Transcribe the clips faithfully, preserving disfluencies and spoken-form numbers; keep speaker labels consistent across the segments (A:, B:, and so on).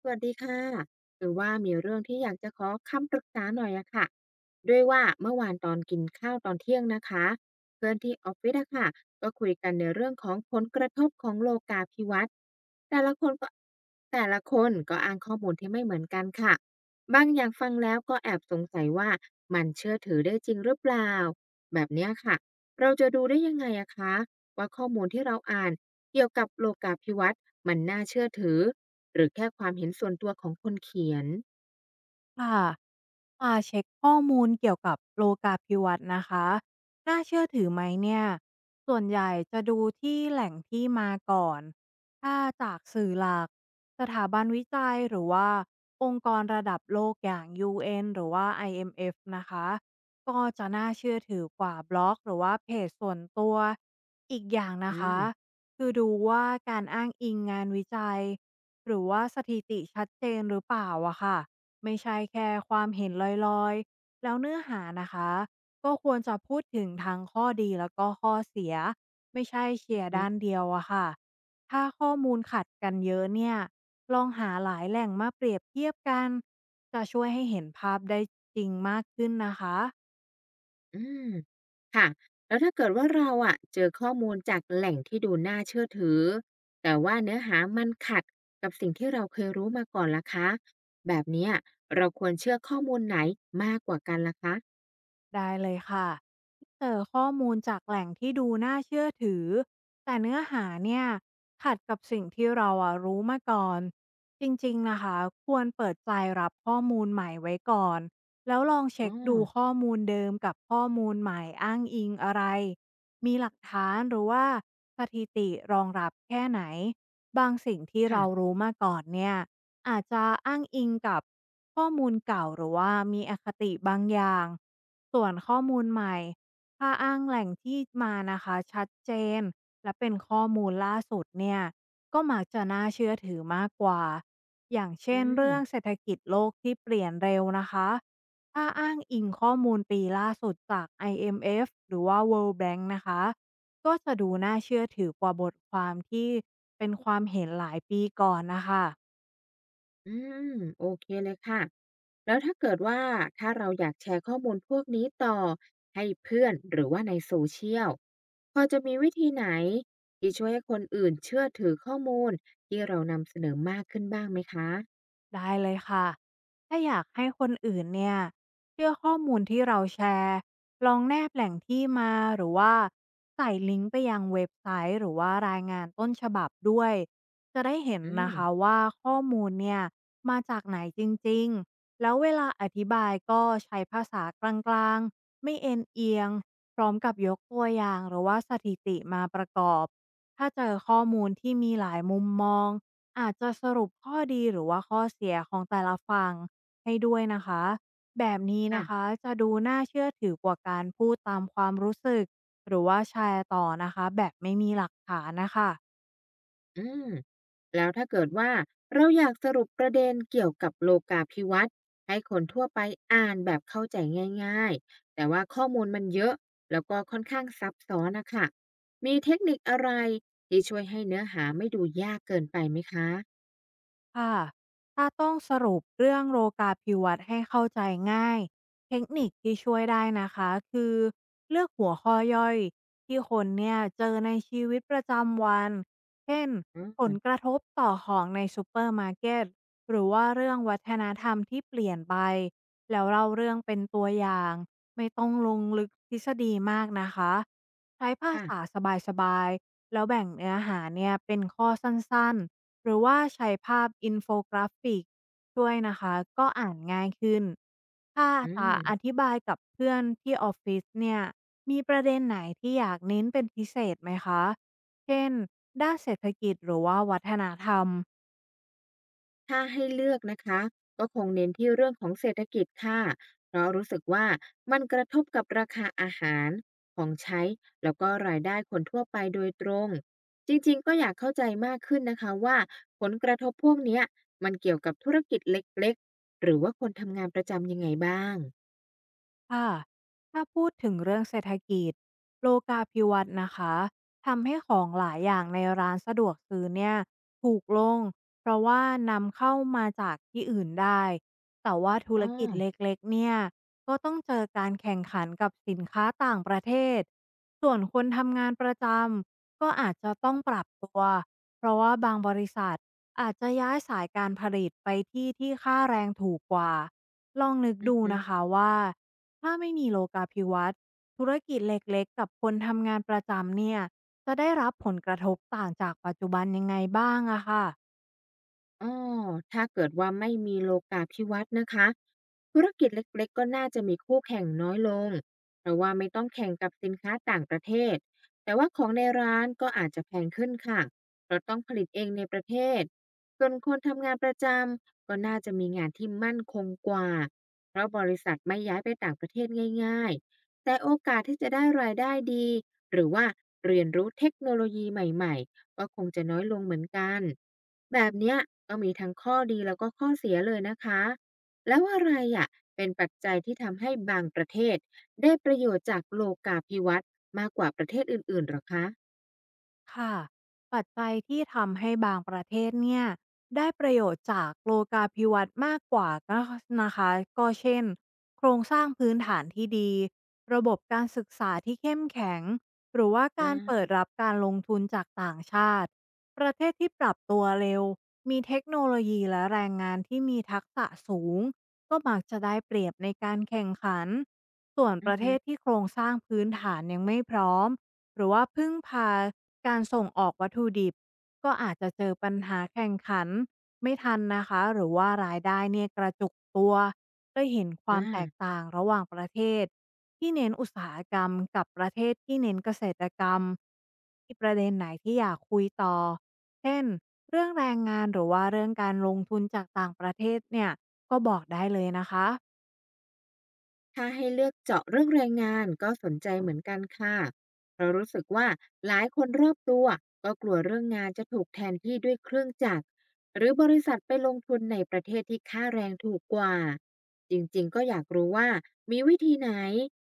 A: สวัสดีค่ะคือว่ามีเรื่องที่อยากจะขอคำปรึกษาหน่อยอะค่ะด้วยว่าเมื่อวานตอนกินข้าวตอนเที่ยงนะคะเพื่อนที่ออฟฟิศอะค่ะก็คุยกันในเรื่องของผลกระทบของโลกาภิวัตน์แต่ละคนก็แต่ละคนก็อ้างข้อมูลที่ไม่เหมือนกันค่ะบางอย่างฟังแล้วก็แอบสงสัยว่ามันเชื่อถือได้จริงหรือเปล่าแบบเนี้ยค่ะเราจะดูได้ยังไงอะคะ ว่าข้อมูลที่เราอ่านเกี่ยวกับโลกาภิวัตน์มันน่าเชื่อถือหรือแค่ความเห็นส่วนตัวของคนเขียน
B: ค่ะมาเช็คข้อมูลเกี่ยวกับโลกาภิวัตน์นะคะน่าเชื่อถือไหมเนี่ยส่วนใหญ่จะดูที่แหล่งที่มาก่อนถ้าจากสื่อหลักสถาบันวิจัยหรือว่าองค์กรระดับโลกอย่าง ยู เอ็น หรือว่า ไอ เอ็ม เอฟ นะคะก็จะน่าเชื่อถือกว่าบล็อกหรือว่าเพจส่วนตัวอีกอย่างนะ
A: อื
B: คะ
A: ม
B: คือดูว่าการอ้างอิงงานวิจัยหรือว่าสถิติชัดเจนหรือเปล่าอะค่ะ ไม่ใช่แค่ความเห็นลอยๆ แล้วเนื้อหานะคะก็ควรจะพูดถึงทั้งข้อดีแล้วก็ข้อเสียไม่ใช่เชียร์
A: อืม
B: ด้านเดียวอะค่ะถ้าข้อมูลขัดกันเยอะเนี่ยลองหาหลายแหล่งมาเปรียบเทียบกันจะช่วยให้เห็นภาพได้จริงมากขึ้นนะคะ
A: อืมแล้วถ้าเกิดว่าเราอะเจอข้อมูลจากแหล่งที่ดูน่าเชื่อถือแต่ว่าเนื้อหามันขัดกับสิ่งที่เราเคยรู้มาก่อนล่ะคะแบบเนี้ยเราควรเชื่อข้อมูลไหนมากกว่ากันล่ะคะ
B: ได้เลยค่ะเจอข้อมูลจากแหล่งที่ดูน่าเชื่อถือแต่เนื้อหาเนี่ยขัดกับสิ่งที่เราอะรู้มาก่อนจริงๆนะคะควรเปิดใจรับข้อมูลใหม่ไว้ก่อนแล้วลองเช็
A: อ๋อ
B: คดูข้อมูลเดิมกับข้อมูลใหม่อ้างอิงอะไรมีหลักฐานหรือว่าสถิติรองรับแค่ไหนบางสิ่งที่เรา
A: ค่ะ
B: รู้มาก่อนเนี่ย อาจจะอ้างอิงกับข้อมูลเก่าหรือว่ามีอคติบางอย่างส่วนข้อมูลใหม่ถ้าอ้างแหล่งที่มานะคะชัดเจนและเป็นข้อมูลล่าสุดเนี่ยก็มักจะน่าเชื่อถือมากกว่าอย่าง
A: อื
B: เช่นเรื่อง
A: ม
B: เศรษฐกิจโลกที่เปลี่ยนเร็วนะคะถ้าอ้างอิงข้อมูลปีล่าสุดจาก ไอ เอ็ม เอฟ หรือว่า เวิลด์ แบงก์ นะคะก็จะดูน่าเชื่อถือกว่าบทความที่เป็นความเห็นหลายปีก่อนนะคะ
A: อืมโอเคเลยค่ะแล้วถ้าเกิดว่าถ้าเราอยากแชร์ข้อมูลพวกนี้ต่อให้เพื่อนหรือว่าในโซเชียลพอจะมีวิธีไหนที่ช่วยให้คนอื่นเชื่อถือข้อมูลที่เรานำเสนอมากขึ้นบ้างไหมคะ
B: ได้เลยค่ะถ้าอยากให้คนอื่นเนี่ยเชื่อข้อมูลที่เราแชร์ลองแนบแหล่งที่มาหรือว่าใส่ลิงก์ไปยังเว็บไซต์หรือว่ารายงานต้นฉบับด้วยจะได้เห็น
A: อื
B: นะคะ
A: ม
B: ว่าข้อมูลเนี่ยมาจากไหนจริงๆแล้วเวลาอธิบายก็ใช้ภาษากลางๆไม่เอ็นเอียงพร้อมกับยกตัวอย่างหรือว่าสถิติมาประกอบถ้าเจอข้อมูลที่มีหลายมุมมอง อาจจะสรุปข้อดีหรือว่าข้อเสียของแต่ละฝั่งให้ด้วยนะคะแบบนี้นะคะ
A: ค่ะ
B: จะดูน่าเชื่อถือกว่าการพูดตามความรู้สึกหรือว่าแชร์ต่อนะคะแบบไม่มีหลักฐานนะคะ
A: อืมแล้วถ้าเกิดว่าเราอยากสรุปประเด็นเกี่ยวกับโลกาภิวัตน์ให้คนทั่วไปอ่านแบบเข้าใจง่ายๆ แต่ว่าข้อมูลมันเยอะแล้วก็ค่อนข้างซับซ้อนนะคะ มีเทคนิคอะไรที่ช่วยให้เนื้อหาไม่ดูยากเกินไปไหมคะ
B: ค่ะถ้าต้องสรุปเรื่องโลกาภิวัตน์ให้เข้าใจง่ายเทคนิคที่ช่วยได้นะคะคือเลือกหัวข้อย่อยที่คนเนี่ยเจอในชีวิตประจำวันเช่น
A: อื
B: ผล
A: ม
B: กระทบต่อของในซูเปอร์มาร์เก็ตหรือว่าเรื่องวัฒนธรรมที่เปลี่ยนไปแล้วเล่าเรื่องเป็นตัวอย่างไม่ต้องลงลึกทฤษฎีมากนะคะใช้ภา
A: ค่ะ
B: ษาสบายๆแล้วแบ่งเนื้อหาเนี่ยเป็นข้อสั้นๆ หรือว่าใช้ภาพอินโฟกราฟิกช่วยนะคะก็อ่านง่ายขึ้นถ้า
A: อื
B: จะอ
A: ม
B: ธิบายกับเพื่อนที่ออฟฟิศเนี่ยมีประเด็นไหนที่อยากเน้นเป็นพิเศษไหมคะเช่นด้านเศรษฐกิจหรือว่าวัฒนธรรม
A: ถ้าให้เลือกนะคะก็คงเน้นที่เรื่องของเศรษฐกิจค่ะเพราะรู้สึกว่ามันกระทบกับราคาอาหารของใช้แล้วก็รายได้คนทั่วไปโดยตรงจริงๆก็อยากเข้าใจมากขึ้นนะคะว่าผลกระทบพวกเนี้ยมันเกี่ยวกับธุรกิจเล็กๆหรือว่าคนทำงานประจำยังไงบ้าง
B: ค่ะถ้าพูดถึงเรื่องเศรษฐกิจโลกาภิวัตน์นะคะทำให้ของหลายอย่างในร้านสะดวกซื้อเนี่ยถูกลงเพราะว่านำเข้ามาจากที่อื่นได้แต่ว่าธุ
A: อ้อ
B: รกิจเล็กๆเนี่ยก็ต้องเจอการแข่งขันกับสินค้าต่างประเทศส่วนคนทำงานประจำก็อาจจะต้องปรับตัวเพราะว่าบางบริษัทอาจจะย้ายสายการผลิตไปที่ที่ค่าแรงถูกกว่าลองนึก
A: อือ
B: ดู
A: ฮึ
B: นะคะว่า ถ้าไม่มีโลกาภิวัตน์ธุรกิจเล็กๆกับคนทำงานประจำเนี่ยจะได้รับผลกระทบต่างจากปัจจุบันยังไงบ้างอะค่ะ
A: อ้อถ้าเกิดว่าไม่มีโลกาภิวัตน์นะคะธุรกิจเล็กๆก็น่าจะมีคู่แข่งน้อยลงเพราะว่าไม่ต้องแข่งกับสินค้าต่างประเทศแต่ว่าของในร้านก็อาจจะแพงขึ้นค่ะเพราะต้องผลิตเองในประเทศส่วนคนทำงานประจำก็น่าจะมีงานที่มั่นคงกว่าเพราะบริษัทไม่ย้ายไปต่างประเทศง่ายๆ แต่โอกาสที่จะได้รายได้ดีหรือว่าเรียนรู้เทคโนโลยีใหม่ๆก็คงจะน้อยลงเหมือนกัน แบบเนี้ยก็มีทั้งข้อดีแล้วก็ข้อเสียเลยนะคะ แล้วอะไรอ่ะ เป็นปัจจัยที่ทำให้บางประเทศได้ประโยชน์จากโลกาภิวัตน์มากกว่าประเทศอื่นๆหรอคะ
B: ค่ะปัจจัยที่ทำให้บางประเทศเนี่ยได้ประโยชน์จากโลกาภิวัตน์มากกว่าก็นะคะก็เช่นโครงสร้างพื้นฐานที่ดีระบบการศึกษาที่เข้มแข็งหรือว่า
A: อ่
B: การเปิด
A: า
B: รับการลงทุนจากต่างชาติประเทศที่ปรับตัวเร็วมีเทคโนโลยีและแรงงานที่มีทักษะสูงก็มักจะได้เปรียบในการแข่งขันส่วน
A: อื
B: ป
A: อ
B: ระเท
A: ฮึ
B: ศที่โครงสร้างพื้นฐานยังไม่พร้อม หรือว่าพึ่งพาการส่งออกวัตถุดิบก็อาจจะเจอปัญหาแข่งขันไม่ทันนะคะหรือว่ารายได้เนี่ยกระจุกตัวได้เห็นความแตก
A: อา
B: ต่างระหว่างประเทศที่เน้นอุตสาหกรรมกับประเทศที่เน้นเกษตรกรรมทีประเด็นไหนที่อยากคุยต่อเช่นเรื่องแรงงานหรือว่าเรื่องการลงทุนจากต่างประเทศเนี่ยก็บอกได้เลยนะคะ
A: ถ้าให้เลือกเจาะเรื่องแรงงานก็สนใจเหมือนกันค่ะเรารู้สึกว่าหลายคนรอบตัวก็กลัวเรื่องงานจะถูกแทนที่ด้วยเครื่องจักรหรือบริษัทไปลงทุนในประเทศที่ค่าแรงถูกกว่าจริงๆก็อยากรู้ว่ามีวิธีไหน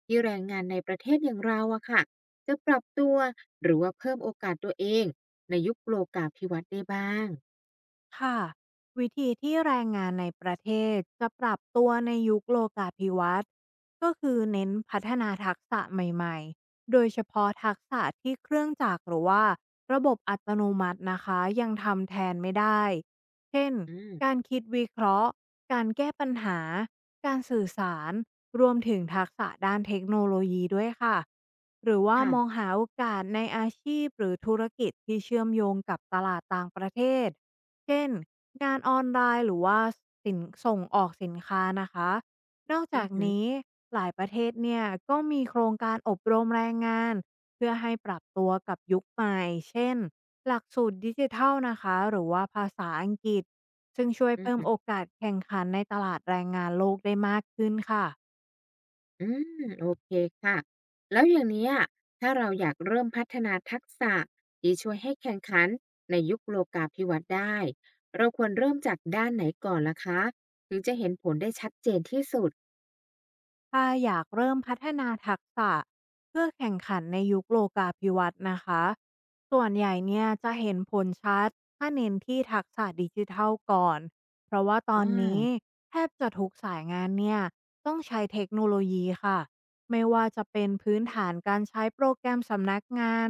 A: ที่แรงงานในประเทศอย่างเราอะค่ะจะปรับตัวหรือว่าเพิ่มโอกาสตัวเองในยุคโลกาภิวัตน์ได้บ้าง
B: ค่ะวิธีที่แรงงานในประเทศจะปรับตัวในยุคโลกาภิวัตน์ก็คือเน้นพัฒนาทักษะใหม่ๆ โดยเฉพาะทักษะที่เครื่องจักรหรือว่าระบบอัตโนมัตินะคะยังทำแทนไม่ได้ เช่น
A: อืม
B: การคิดวิเคราะห์การแก้ปัญหาการสื่อสารรวมถึงทักษะด้านเทคโนโลยีด้วยค่ะหรือว่า
A: ค่ะ
B: มองหาโอกาสในอาชีพหรือธุรกิจที่เชื่อมโยงกับตลาดต่างประเทศ เช่นงานออนไลน์หรือว่าสินส่งออกสินค้านะคะนอก
A: อื
B: จา
A: อ
B: ก
A: หือ
B: นี้หลายประเทศเนี่ยก็มีโครงการอบรมแรงงานเพื่อให้ปรับตัวกับยุคใหม่เช่นหลักสูตรดิจิทัลนะคะหรือว่าภาษาอังกฤษซึ่งช่วย
A: อือ
B: เพิ่ม
A: หือ
B: โอกาสแข่งขันในตลาดแรงงานโลกได้มากขึ้นค่ะ
A: อืมโอเคค่ะแล้วอย่างเนี้ยถ้าเราอยากเริ่มพัฒนาทักษะที่ช่วยให้แข่งขันในยุคโลกาภิวัตน์ได้เราควรเริ่มจากด้านไหนก่อนล่ะคะถึงจะเห็นผลได้ชัดเจนที่สุด
B: ถ้าอยากเริ่มพัฒนาทักษะเพื่อแข่งขันในยุคโลกาภิวัตน์นะคะส่วนใหญ่เนี่ยจะเห็นผลชัดถ้าเน้นที่ทักษะดิจิทัลก่อนเพราะว่าต
A: อ
B: อนนี้
A: า
B: แทบจะทุกสายงานเนี่ยต้องใช้เทคโนโลยีค่ะไม่ว่าจะเป็นพื้นฐานการใช้โปรแกรมสำนักงาน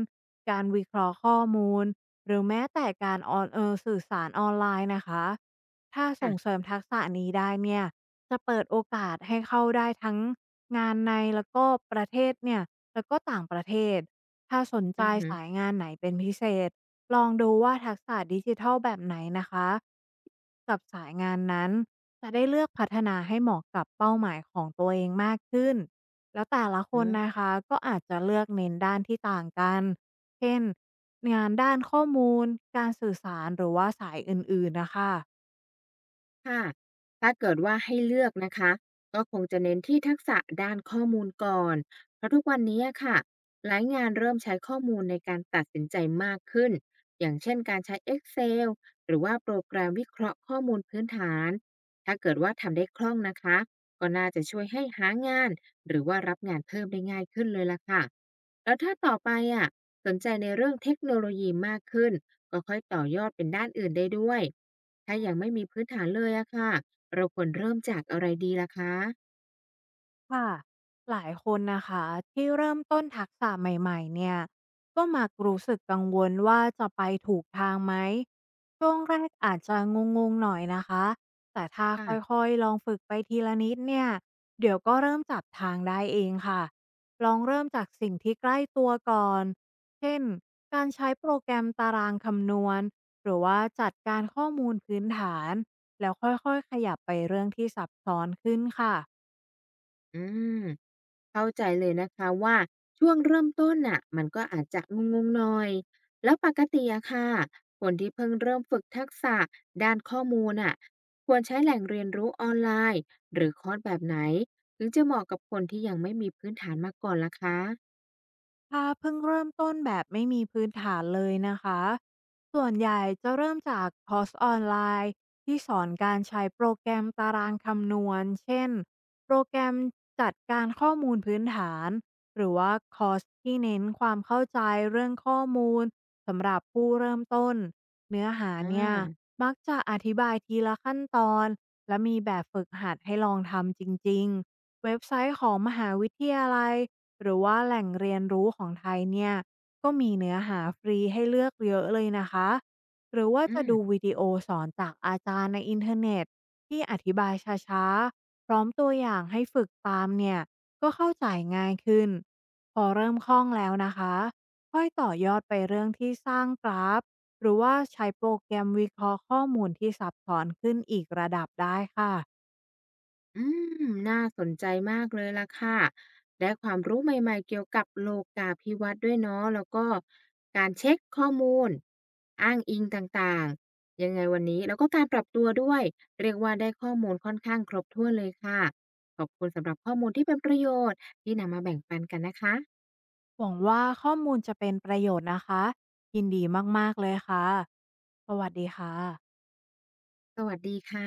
B: การวิเคราะห์ข้อมูลหรือแม้แต่การออนเออสื่อสารออนไลน์นะคะถ้าส่งเส
A: ค่ะ
B: ริมทักษะนี้ได้เนี่ย จะเปิดโอกาสให้เข้าได้ทั้งงานในแล้วก็ประเทศเนี่ยแล้วก็ต่างประเทศถ้าสนใจ
A: อือฮึ
B: สายงานไหนเป็นพิเศษลองดูว่าทักษะดิจิทัลแบบไหนนะคะกับสายงานนั้นจะได้เลือกพัฒนาให้เหมาะกับเป้าหมายของตัวเองมากขึ้นแล้วแต่ละค
A: อ๋
B: น
A: อ
B: นะคะก็อาจจะเลือกเน้นด้านที่ต่างกันเช่นงานด้านข้อมูลการสื่อสารหรือว่าสายอื่นๆนะคะ
A: ค่ะถ้าเกิดว่าให้เลือกนะคะก็คงจะเน้นที่ทักษะด้านข้อมูลก่อน เพราะทุกวันนี้อะค่ะ หลายงานเริ่มใช้ข้อมูลในการตัดสินใจมากขึ้น อย่างเช่นการใช้ เอ็กเซล หรือว่าโปรแกรมวิเคราะห์ข้อมูลพื้นฐานถ้าเกิดว่าทำได้คล่องนะคะ ก็น่าจะช่วยให้หางาน หรือว่ารับงานเพิ่มได้ง่ายขึ้นเลยล่ะค่ะ แล้วถ้าต่อไปอ่ะสนใจในเรื่องเทคโนโลยีมากขึ้นก็ค่อยต่อยอดเป็นด้านอื่นได้ด้วย ถ้ายังไม่มีพื้นฐานเลยอะค่ะเราควรเริ่มจากอะไรดีล่ะคะ
B: ค่ะหลายคนนะคะที่เริ่มต้นทักษะใหม่ๆเนี่ยก็มักรู้สึกกังวลว่าจะไปถูกทางไหมช่วงแรกอาจจะงงๆหน่อยนะคะแต่ถ้า
A: ค่ะ
B: ค่อยๆลองฝึกไปทีละนิดเนี่ยเดี๋ยวก็เริ่มจับทางได้เองค่ะลองเริ่มจากสิ่งที่ใกล้ตัวก่อนเช่นการใช้โปรแกรมตารางคำนวณหรือว่าจัดการข้อมูลพื้นฐานแล้วค่อยๆขยับไปเรื่องที่ซับซ้อนขึ้นค่ะ
A: อืมเข้าใจเลยนะคะว่าช่วงเริ่มต้นน่ะมันก็อาจจะงงๆหน่อยแล้วปกติอะค่ะคนที่เพิ่งเริ่มฝึกทักษะด้านข้อมูลน่ะควรใช้แหล่งเรียนรู้ออนไลน์หรือคอร์สแบบไหนถึงจะเหมาะกับคนที่ยังไม่มีพื้นฐานมาก่อนล่ะคะ
B: ถ้าเพิ่งเริ่มต้นแบบไม่มีพื้นฐานเลยนะคะส่วนใหญ่จะเริ่มจากคอร์สออนไลน์ที่สอนการใช้โปรแกรมตารางคำนวณเช่นโปรแกรมจัดการข้อมูลพื้นฐาน หรือว่าคอร์สที่เน้นความเข้าใจเรื่องข้อมูลสำหรับผู้เริ่มต้นเนื้อหา
A: อ
B: เนี่ย
A: า
B: มักจะอธิบายทีละขั้นตอน และมีแบบฝึกหัดให้ลองทำจริงๆเว็บไซต์ของมหาวิทยาลัย หรือว่าแหล่งเรียนรู้ของไทยเนี่ยก็มีเนื้อหาฟรีให้เลือกเยอะเลยนะคะหรือว่า
A: อื
B: จะดู
A: ม
B: วิดีโอสอนจากอาจารย์ในอินเทอร์เน็ตที่อธิบายช้าๆพร้อมตัวอย่างให้ฝึกตามเนี่ยก็เข้าใจง่ายขึ้นพอเริ่มคล่องแล้วนะคะค่อยต่อยอดไปเรื่องที่สร้างกราฟหรือว่าใช้โปรแกรมวิเคราะห์ข้อมูลที่ซับซ้อนขึ้นอีกระดับได้ค่ะ
A: อืมน่าสนใจมากเลยล่ะค่ะได้ความรู้ใหม่ๆเกี่ยวกับโลกาภิวัตน์ด้วยเนาะแล้วก็การเช็คข้อมูลอ้างอิงต่างๆยังไงวันนี้แล้วก็การปรับตัวด้วย เรียกว่าได้ข้อมูลค่อนข้างครบถ้วนเลยค่ะ ขอบคุณสำหรับข้อมูลที่เป็นประโยชน์ที่นำมาแบ่งปันกันนะคะ
B: หวังว่าข้อมูลจะเป็นประโยชน์นะคะยินดีมากๆเลยค่ะ สวัสดีค่ะ
A: สวัสดีค่ะ